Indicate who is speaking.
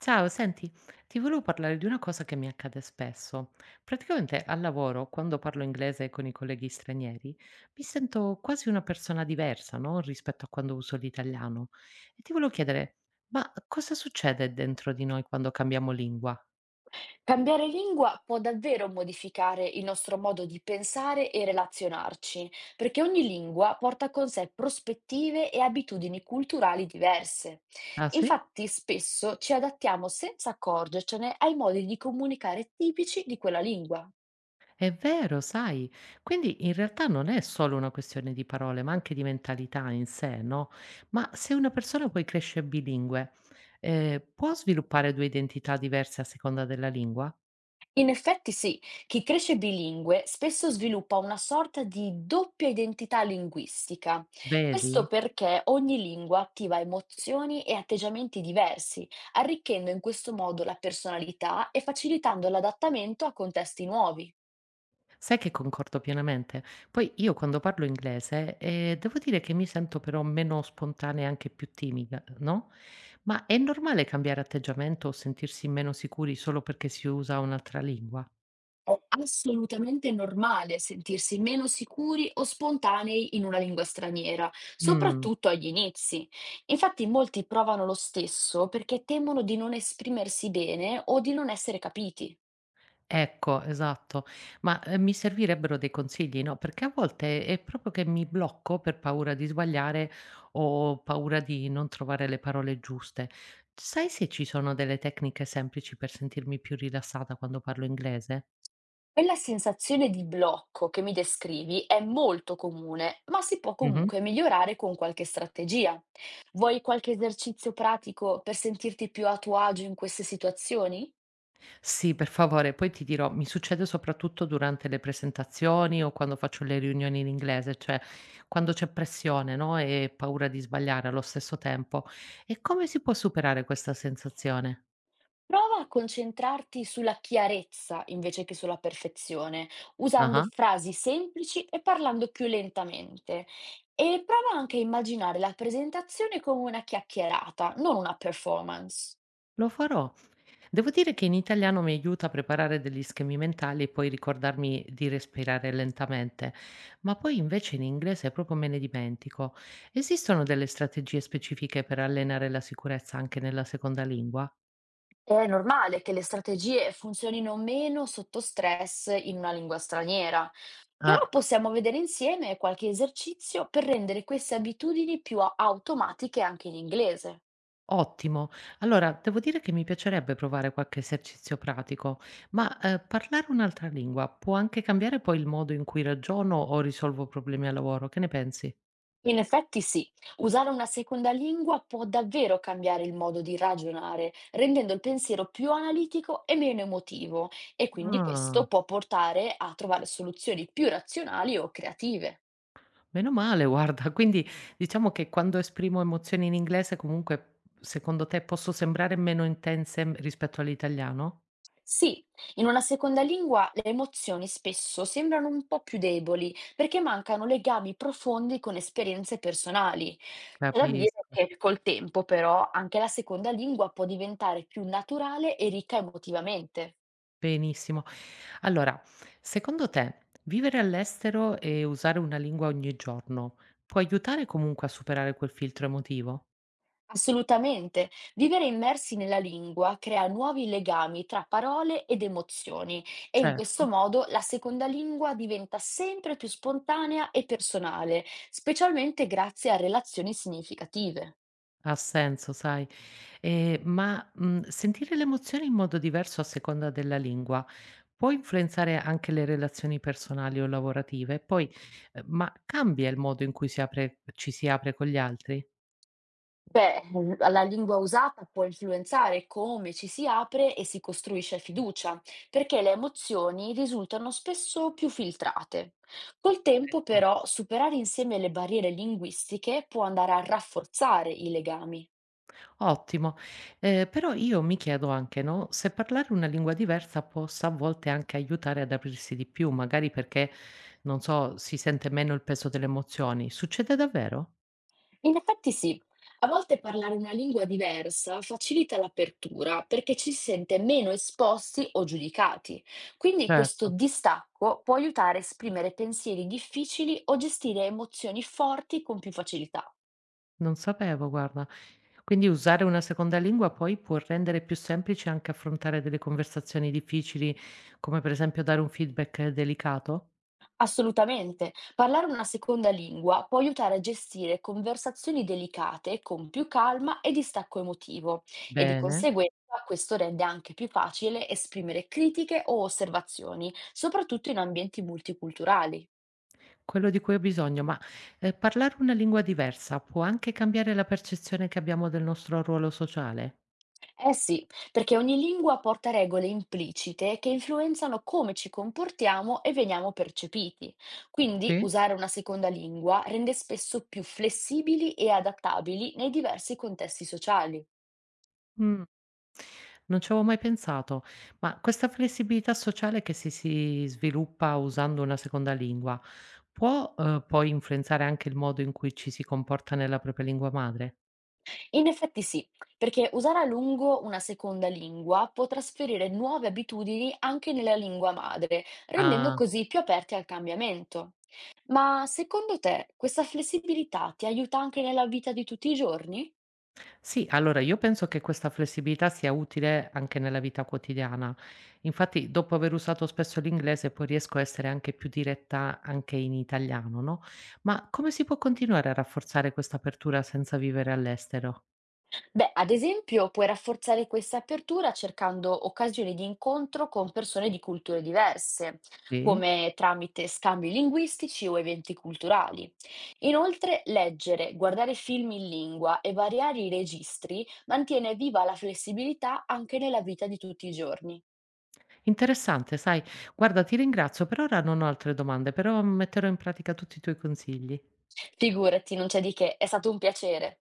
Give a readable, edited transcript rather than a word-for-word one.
Speaker 1: Ciao, senti, ti volevo parlare di una cosa che mi accade spesso. Praticamente al lavoro, quando parlo inglese con i colleghi stranieri, mi sento quasi una persona diversa, no? Rispetto a quando uso l'italiano. E ti volevo chiedere, ma cosa succede dentro di noi quando cambiamo lingua?
Speaker 2: Cambiare lingua può davvero modificare il nostro modo di pensare e relazionarci, perché ogni lingua porta con sé prospettive e abitudini culturali diverse.
Speaker 1: Ah, sì?
Speaker 2: Infatti, spesso ci adattiamo senza accorgercene ai modi di comunicare tipici di quella lingua.
Speaker 1: È vero, sai. Quindi in realtà non è solo una questione di parole, ma anche di mentalità in sé, no? Ma se una persona poi cresce bilingue, può sviluppare due identità diverse a seconda della lingua?
Speaker 2: In effetti sì, chi cresce bilingue spesso sviluppa una sorta di doppia identità linguistica. Questo
Speaker 1: Vedi?
Speaker 2: perché ogni lingua attiva emozioni e atteggiamenti diversi, arricchendo in questo modo la personalità e facilitando l'adattamento a contesti nuovi.
Speaker 1: Sai che concordo pienamente. Poi io quando parlo inglese, devo dire che mi sento però meno spontanea e anche più timida, no? Ma è normale cambiare atteggiamento o sentirsi meno sicuri solo perché si usa un'altra lingua?
Speaker 2: È assolutamente normale sentirsi meno sicuri o spontanei in una lingua straniera,
Speaker 1: Mm.
Speaker 2: soprattutto agli inizi. Infatti molti provano lo stesso perché temono di non esprimersi bene o di non essere capiti.
Speaker 1: Ecco, esatto. Ma, mi servirebbero dei consigli, no, perché a volte è proprio che mi blocco per paura di sbagliare o paura di non trovare le parole giuste. Sai se ci sono delle tecniche semplici per sentirmi più rilassata quando parlo inglese?
Speaker 2: Quella sensazione di blocco che mi descrivi è molto comune, ma si può
Speaker 1: Mh-mh.
Speaker 2: comunque migliorare con qualche strategia. Vuoi qualche esercizio pratico per sentirti più a tuo agio in queste situazioni?
Speaker 1: Sì, per favore, poi ti dirò, mi succede soprattutto durante le presentazioni o quando faccio le riunioni in inglese, cioè quando c'è pressione, no, e paura di sbagliare allo stesso tempo. E come si può superare questa sensazione?
Speaker 2: Prova a concentrarti sulla chiarezza invece che sulla perfezione, usando
Speaker 1: Ah-ah.
Speaker 2: frasi semplici e parlando più lentamente. E prova anche a immaginare la presentazione come una chiacchierata, non una performance.
Speaker 1: Lo farò. Devo dire che in italiano mi aiuta a preparare degli schemi mentali e poi ricordarmi di respirare lentamente, ma poi invece in inglese proprio me ne dimentico. Esistono delle strategie specifiche per allenare la sicurezza anche nella seconda lingua?
Speaker 2: È normale che le strategie funzionino meno sotto stress in una lingua straniera, però
Speaker 1: Ah,
Speaker 2: possiamo vedere insieme qualche esercizio per rendere queste abitudini automatiche anche in inglese.
Speaker 1: ottimo. Allora, devo dire che mi piacerebbe provare qualche esercizio pratico, ma parlare un'altra lingua può anche cambiare poi il modo in cui ragiono o risolvo problemi al lavoro. Che ne pensi?
Speaker 2: In effetti sì, usare una seconda lingua può davvero cambiare il modo di ragionare, rendendo il pensiero più analitico e meno emotivo, e quindi questo
Speaker 1: Ah.
Speaker 2: può portare a trovare soluzioni più razionali o creative.
Speaker 1: Meno male guarda, quindi diciamo che quando esprimo emozioni in inglese comunque secondo te posso sembrare meno intense, rispetto all'italiano?
Speaker 2: Sì, in una seconda lingua le emozioni spesso sembrano un po' più deboli perché mancano legami profondi con esperienze personali. C'è da dire
Speaker 1: Capisco,
Speaker 2: che col tempo però anche la seconda lingua può diventare più naturale e ricca emotivamente.
Speaker 1: benissimo. Allora, secondo te vivere all'estero e usare una lingua ogni giorno può aiutare comunque a superare quel filtro emotivo?
Speaker 2: Assolutamente. Vivere immersi nella lingua crea nuovi legami tra parole ed emozioni e in questo
Speaker 1: Certo.
Speaker 2: modo la seconda lingua diventa sempre più spontanea e personale, specialmente grazie a relazioni significative.
Speaker 1: Ha senso, sai. Ma, sentire le emozioni in modo diverso a seconda della lingua può influenzare anche le relazioni personali o lavorative? E poi, ma cambia il modo in cui si apre ci si apre con gli altri?
Speaker 2: Beh, la lingua usata può influenzare come ci si apre e si costruisce fiducia, perché le emozioni risultano spesso più filtrate. Col tempo,
Speaker 1: Ecco,
Speaker 2: però, superare insieme le barriere linguistiche può andare a rafforzare i legami.
Speaker 1: ottimo. Però io mi chiedo anche, no, se parlare una lingua diversa possa a volte anche aiutare ad aprirsi di più, magari perché, non so, si sente meno il peso delle emozioni. Succede davvero?
Speaker 2: In effetti sì, a volte parlare una lingua diversa facilita l'apertura perché ci si sente meno esposti o giudicati. Quindi questo
Speaker 1: Certo.
Speaker 2: distacco può aiutare a esprimere pensieri difficili o gestire emozioni forti con più facilità.
Speaker 1: Non sapevo guarda. Quindi usare una seconda lingua poi può rendere più semplice anche affrontare delle conversazioni difficili, come per esempio dare un feedback delicato?
Speaker 2: Assolutamente. Parlare una seconda lingua può aiutare a gestire conversazioni delicate con più calma e distacco emotivo e di
Speaker 1: Bene,
Speaker 2: conseguenza questo rende anche più facile esprimere critiche o osservazioni, soprattutto in ambienti multiculturali.
Speaker 1: quello di cui ho bisogno, ma, parlare una lingua diversa può anche cambiare la percezione che abbiamo del nostro ruolo sociale?
Speaker 2: Eh sì, perché ogni lingua porta regole implicite che influenzano come ci comportiamo e veniamo percepiti. Quindi
Speaker 1: Sì?
Speaker 2: usare una seconda lingua rende spesso più flessibili e adattabili nei diversi contesti sociali.
Speaker 1: Mh, non ci avevo mai pensato, ma questa flessibilità sociale che si sviluppa usando una seconda lingua può, poi influenzare anche il modo in cui ci si comporta nella propria lingua madre?
Speaker 2: In effetti sì, perché usare a lungo una seconda lingua può trasferire nuove abitudini anche nella lingua madre, rendendo
Speaker 1: Ah,
Speaker 2: così più aperti al cambiamento. Ma secondo te questa flessibilità ti aiuta anche nella vita di tutti i giorni?
Speaker 1: sì, allora io penso che questa flessibilità sia utile anche nella vita quotidiana. Infatti, dopo aver usato spesso l'inglese, poi riesco a essere anche più diretta anche in italiano, no? Ma come si può continuare a rafforzare questa apertura senza vivere all'estero?
Speaker 2: Beh, ad esempio, puoi rafforzare questa apertura cercando occasioni di incontro con persone di culture diverse,
Speaker 1: Sì?
Speaker 2: come tramite scambi linguistici o eventi culturali. Inoltre, leggere, guardare film in lingua e variare i registri mantiene viva la flessibilità anche nella vita di tutti i giorni.
Speaker 1: Interessante, sai. Guarda, ti ringrazio, per ora non ho altre domande, però metterò in pratica tutti i tuoi consigli.
Speaker 2: Figurati, non c'è di che, è stato un piacere.